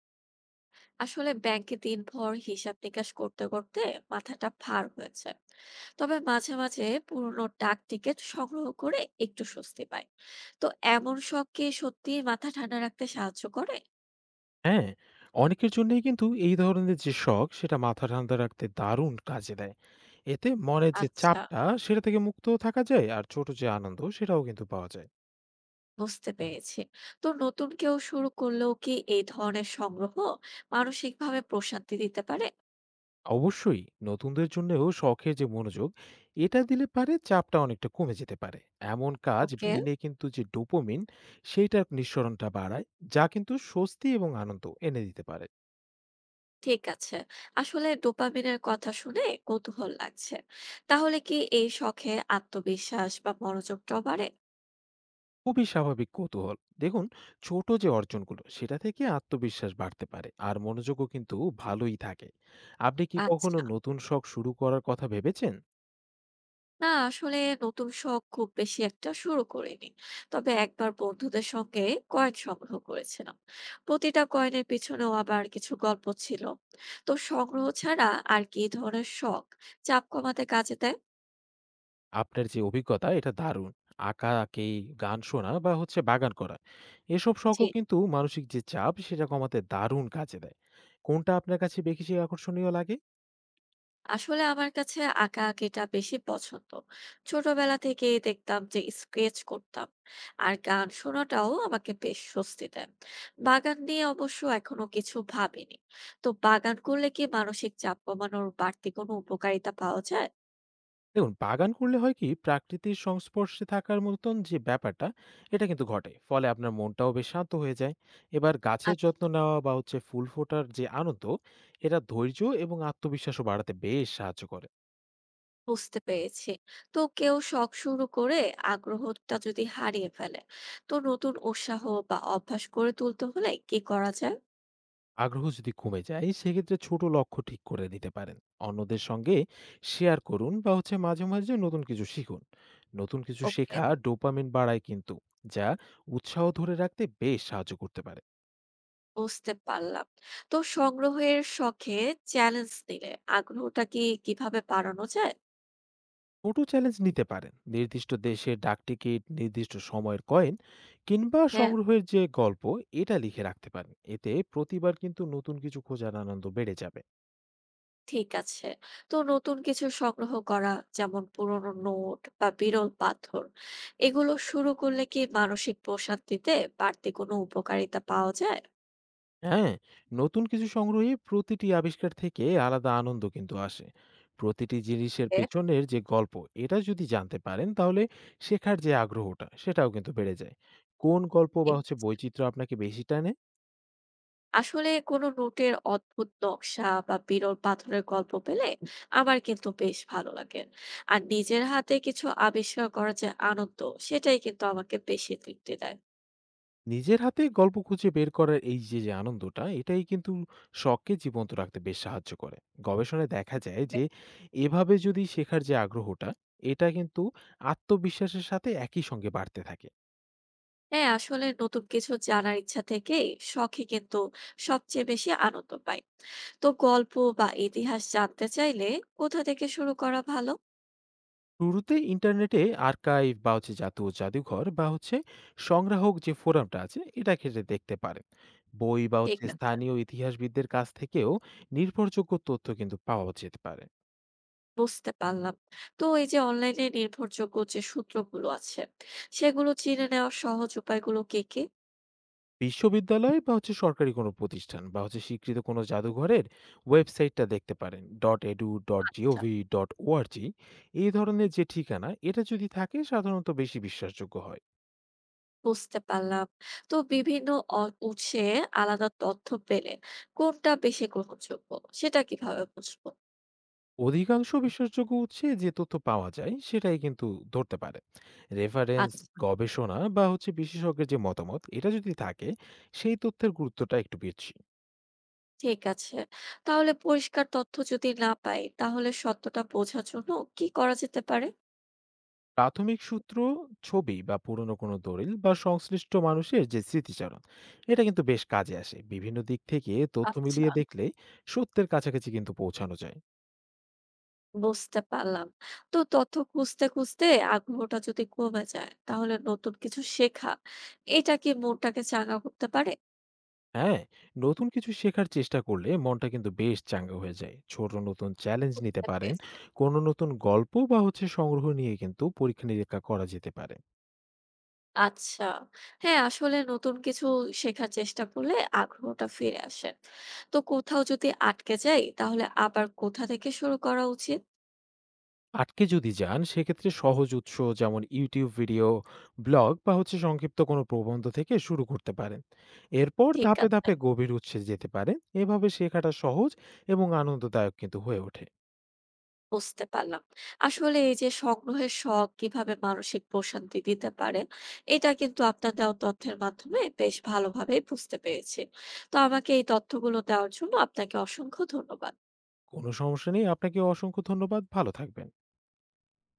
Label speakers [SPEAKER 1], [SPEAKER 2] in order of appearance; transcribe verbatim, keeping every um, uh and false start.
[SPEAKER 1] আসলে ব্যাংকে দিনভর হিসাব নিকাশ করতে করতে মাথাটা ভার হয়েছে। তবে মাঝে মাঝে পুরনো ডাক টিকিট সংগ্রহ করে একটু স্বস্তি পাই। তো এমন শখ কি সত্যি মাথা ঠান্ডা রাখতে সাহায্য করে?
[SPEAKER 2] হ্যাঁ, অনেকের জন্যই কিন্তু এই ধরনের যে শখ সেটা মাথা ঠান্ডা রাখতে দারুণ কাজে দেয়। এতে মনের যে
[SPEAKER 1] আচ্ছা,
[SPEAKER 2] চাপটা সেটা থেকে মুক্তও থাকা যায় আর ছোট যে আনন্দ সেটাও কিন্তু পাওয়া যায়।
[SPEAKER 1] বুঝতে পেরেছি। তো নতুন কেউ শুরু করলেও কি এই ধরনের সংগ্রহ মানসিকভাবে প্রশান্তি দিতে পারে?
[SPEAKER 2] অবশ্যই নতুনদের জন্যেও শখের যে মনোযোগ এটা দিলে পারে চাপটা অনেকটা কমে যেতে পারে। এমন কাজ
[SPEAKER 1] ওকে।
[SPEAKER 2] ব্রেইনে কিন্তু যে ডোপামিন সেইটার নিঃসরণটা বাড়ায়, যা কিন্তু স্বস্তি এবং আনন্দ এনে দিতে পারে।
[SPEAKER 1] ঠিক আছে। আসলে ডোপামিনের কথা শুনে কৌতূহল লাগছে। তাহলে কি এই শখে আত্মবিশ্বাস বা মনোযোগটাও বাড়ে?
[SPEAKER 2] খুবই স্বাভাবিক কৌতূহল। দেখুন, ছোট যে অর্জনগুলো সেটা থেকে আত্মবিশ্বাস বাড়তে পারে আর মনোযোগও কিন্তু ভালোই থাকে। আপনি কি কখনো
[SPEAKER 1] আচ্ছা,
[SPEAKER 2] নতুন শখ শুরু করার কথা ভেবেছেন?
[SPEAKER 1] না আসলে নতুন শখ খুব বেশি একটা শুরু করিনি। তবে একবার বন্ধুদের সঙ্গে কয়েন সংগ্রহ করেছিলাম। প্রতিটা কয়েনের পিছনেও আবার কিছু গল্প ছিল। তো সংগ্রহ ছাড়া আর কি ধরনের শখ চাপ কমাতে কাজে দেয়?
[SPEAKER 2] আপনার যে অভিজ্ঞতা এটা দারুণ। আঁকা আঁকি, গান শোনা বা হচ্ছে বাগান করা, এসব শখও
[SPEAKER 1] জি,
[SPEAKER 2] কিন্তু মানসিক যে চাপ সেটা কমাতে দারুণ কাজে দেয়। কোনটা আপনার কাছে বেশি আকর্ষণীয় লাগে?
[SPEAKER 1] আসলে আমার কাছে আঁকা আঁকিটা বেশি পছন্দ। ছোটবেলা থেকে দেখতাম যে স্কেচ করতাম। আর গান শোনাটাও আমাকে বেশ স্বস্তি দেয়। বাগান নিয়ে অবশ্য এখনো কিছু ভাবিনি। তো বাগান করলে কি মানসিক চাপ কমানোর বাড়তি কোনো উপকারিতা পাওয়া যায়?
[SPEAKER 2] দেখুন, বাগান করলে হয় কি, প্রাকৃতির সংস্পর্শে থাকার মতন যে ব্যাপারটা এটা কিন্তু ঘটে, ফলে আপনার মনটাও বেশ শান্ত হয়ে যায়। এবার গাছের
[SPEAKER 1] আচ্ছা,
[SPEAKER 2] যত্ন নেওয়া বা হচ্ছে ফুল ফোটার যে আনন্দ, এটা ধৈর্য এবং আত্মবিশ্বাসও বাড়াতে বেশ সাহায্য করে।
[SPEAKER 1] বুঝতে পেরেছি। তো কেউ শখ শুরু করে আগ্রহটা যদি হারিয়ে ফেলে, তো নতুন উৎসাহ বা অভ্যাস করে তুলতে হলে কি করা যায়?
[SPEAKER 2] আগ্রহ যদি কমে যায় সেক্ষেত্রে ছোট লক্ষ্য ঠিক করে দিতে পারেন, অন্যদের সঙ্গে শেয়ার করুন বা হচ্ছে মাঝে মাঝে নতুন কিছু শিখুন। নতুন কিছু
[SPEAKER 1] ওকে,
[SPEAKER 2] শেখা ডোপামিন বাড়ায় কিন্তু, যা উৎসাহ ধরে রাখতে বেশ সাহায্য করতে পারে।
[SPEAKER 1] বুঝতে পারলাম। তো সংগ্রহের শখে চ্যালেঞ্জ নিলে আগ্রহটা কি কিভাবে বাড়ানো যায়?
[SPEAKER 2] ছোট চ্যালেঞ্জ নিতে পারেন, নির্দিষ্ট দেশের ডাকটিকিট, নির্দিষ্ট সময়ের কয়েন, কিংবা
[SPEAKER 1] হ্যাঁ,
[SPEAKER 2] সংগ্রহের যে গল্প এটা লিখে রাখতে পারেন, এতে প্রতিবার কিন্তু নতুন কিছু খোঁজার আনন্দ বেড়ে যাবে।
[SPEAKER 1] ঠিক আছে। তো নতুন কিছু সংগ্রহ করা, যেমন পুরনো নোট বা বিরল পাথর, এগুলো শুরু করলে কি মানসিক প্রশান্তিতে বাড়তি কোনো উপকারিতা পাওয়া যায়?
[SPEAKER 2] হ্যাঁ, নতুন কিছু সংগ্রহে প্রতিটি আবিষ্কার থেকে আলাদা আনন্দ কিন্তু আসে। প্রতিটি জিনিসের
[SPEAKER 1] হ্যাঁ,
[SPEAKER 2] পেছনের যে গল্প এটা যদি জানতে পারেন, তাহলে শেখার যে আগ্রহটা সেটাও কিন্তু বেড়ে যায়। কোন গল্প বা
[SPEAKER 1] ঠিক
[SPEAKER 2] হচ্ছে
[SPEAKER 1] আছে।
[SPEAKER 2] বৈচিত্র্য আপনাকে বেশি টানে?
[SPEAKER 1] আসলে কোনো নোটের অদ্ভুত নকশা বা বিরল পাথরের গল্প পেলে আমার কিন্তু বেশ ভালো লাগে। আর নিজের হাতে কিছু আবিষ্কার করার যে আনন্দ, সেটাই কিন্তু আমাকে বেশি তৃপ্তি দেয়।
[SPEAKER 2] নিজের হাতে গল্প খুঁজে বের করার এই যে, যে আনন্দটা, এটাই কিন্তু শখকে জীবন্ত রাখতে বেশ সাহায্য করে। গবেষণায় দেখা যায় যে, এভাবে যদি শেখার যে আগ্রহটা, এটা কিন্তু আত্মবিশ্বাসের সাথে একই সঙ্গে বাড়তে থাকে।
[SPEAKER 1] হ্যাঁ, আসলে নতুন কিছু জানার ইচ্ছা থেকেই শখে কিন্তু সবচেয়ে বেশি আনন্দ পাই। তো গল্প বা ইতিহাস জানতে চাইলে কোথা থেকে শুরু করা ভালো?
[SPEAKER 2] শুরুতে ইন্টারনেটে আর্কাইভ বা হচ্ছে জাতীয় জাদুঘর বা হচ্ছে সংগ্রাহক যে ফোরামটা আছে, এটা ঘেঁটে দেখতে পারেন। বই বা
[SPEAKER 1] ঠিক
[SPEAKER 2] হচ্ছে
[SPEAKER 1] আছে,
[SPEAKER 2] স্থানীয় ইতিহাসবিদদের কাছ থেকেও নির্ভরযোগ্য তথ্য কিন্তু পাওয়া যেতে পারে।
[SPEAKER 1] বুঝতে পারলাম। তো এই যে অনলাইনে নির্ভরযোগ্য যে সূত্রগুলো আছে, সেগুলো চিনে নেওয়ার সহজ উপায়গুলো কি কি?
[SPEAKER 2] বিশ্ববিদ্যালয় বা হচ্ছে সরকারি কোনো প্রতিষ্ঠান বা হচ্ছে স্বীকৃত কোনো জাদুঘরের ওয়েবসাইটটা দেখতে পারেন, ডট এডু, ডট
[SPEAKER 1] আচ্ছা,
[SPEAKER 2] জিওভি, ডট ওআরজি, এই ধরনের যে ঠিকানা এটা যদি থাকে সাধারণত বেশি বিশ্বাসযোগ্য হয়।
[SPEAKER 1] বুঝতে পারলাম। তো বিভিন্ন অ উৎসে আলাদা তথ্য পেলে কোনটা বেশি গ্রহণযোগ্য সেটা কিভাবে বুঝবো?
[SPEAKER 2] অধিকাংশ বিশ্বাসযোগ্য উৎসে যে তথ্য পাওয়া যায় সেটাই কিন্তু ধরতে পারে রেফারেন্স।
[SPEAKER 1] আচ্ছা,
[SPEAKER 2] গবেষণা বা হচ্ছে বিশেষজ্ঞের যে মতামত এটা যদি থাকে, সেই তথ্যের গুরুত্বটা একটু বেশি।
[SPEAKER 1] ঠিক আছে। তাহলে পরিষ্কার তথ্য যদি না পাই তাহলে সত্যটা বোঝার জন্য কি করা যেতে পারে?
[SPEAKER 2] প্রাথমিক সূত্র, ছবি বা পুরনো কোনো দলিল বা সংশ্লিষ্ট মানুষের যে স্মৃতিচারণ, এটা কিন্তু বেশ কাজে আসে। বিভিন্ন দিক থেকে তথ্য
[SPEAKER 1] আচ্ছা,
[SPEAKER 2] মিলিয়ে দেখলে সত্যের কাছাকাছি কিন্তু পৌঁছানো যায়।
[SPEAKER 1] বুঝতে পারলাম। তো তথ্য খুঁজতে, খুঁজতে আগ্রহটা যদি কমে যায় তাহলে নতুন কিছু শেখা এটা কি মনটাকে চাঙ্গা করতে পারে?
[SPEAKER 2] হ্যাঁ, নতুন কিছু শেখার চেষ্টা করলে মনটা কিন্তু বেশ চাঙ্গা হয়ে যায়। ছোট নতুন চ্যালেঞ্জ নিতে
[SPEAKER 1] বুঝতে
[SPEAKER 2] পারেন,
[SPEAKER 1] পেরেছি।
[SPEAKER 2] কোনো নতুন গল্প বা হচ্ছে সংগ্রহ নিয়ে কিন্তু পরীক্ষা নিরীক্ষা করা যেতে পারে।
[SPEAKER 1] আচ্ছা। হ্যাঁ, আসলে নতুন কিছু শেখার চেষ্টা করলে আগ্রহটা ফিরে আসে। তো কোথাও যদি আটকে যাই তাহলে আবার কোথা থেকে শুরু করা উচিত?
[SPEAKER 2] আটকে যদি যান সেক্ষেত্রে সহজ উৎস, যেমন ইউটিউব ভিডিও, ব্লগ বা হচ্ছে সংক্ষিপ্ত কোনো প্রবন্ধ থেকে শুরু করতে পারেন, এরপর
[SPEAKER 1] ঠিক
[SPEAKER 2] ধাপে
[SPEAKER 1] আছে,
[SPEAKER 2] ধাপে গভীর উৎসে যেতে পারেন। এভাবে শেখাটা সহজ এবং আনন্দদায়ক কিন্তু হয়ে ওঠে।
[SPEAKER 1] বুঝতে পারলাম। আসলে এই যে সংগ্রহের শখ কিভাবে মানসিক প্রশান্তি দিতে পারে, এটা কিন্তু আপনার দেওয়া তথ্যের মাধ্যমে বেশ ভালোভাবেই বুঝতে পেরেছি। তো আমাকে এই তথ্যগুলো দেওয়ার জন্য আপনাকে অসংখ্য ধন্যবাদ।
[SPEAKER 2] কোনো সমস্যা নেই, আপনাকে অসংখ্য ধন্যবাদ, ভালো থাকবেন।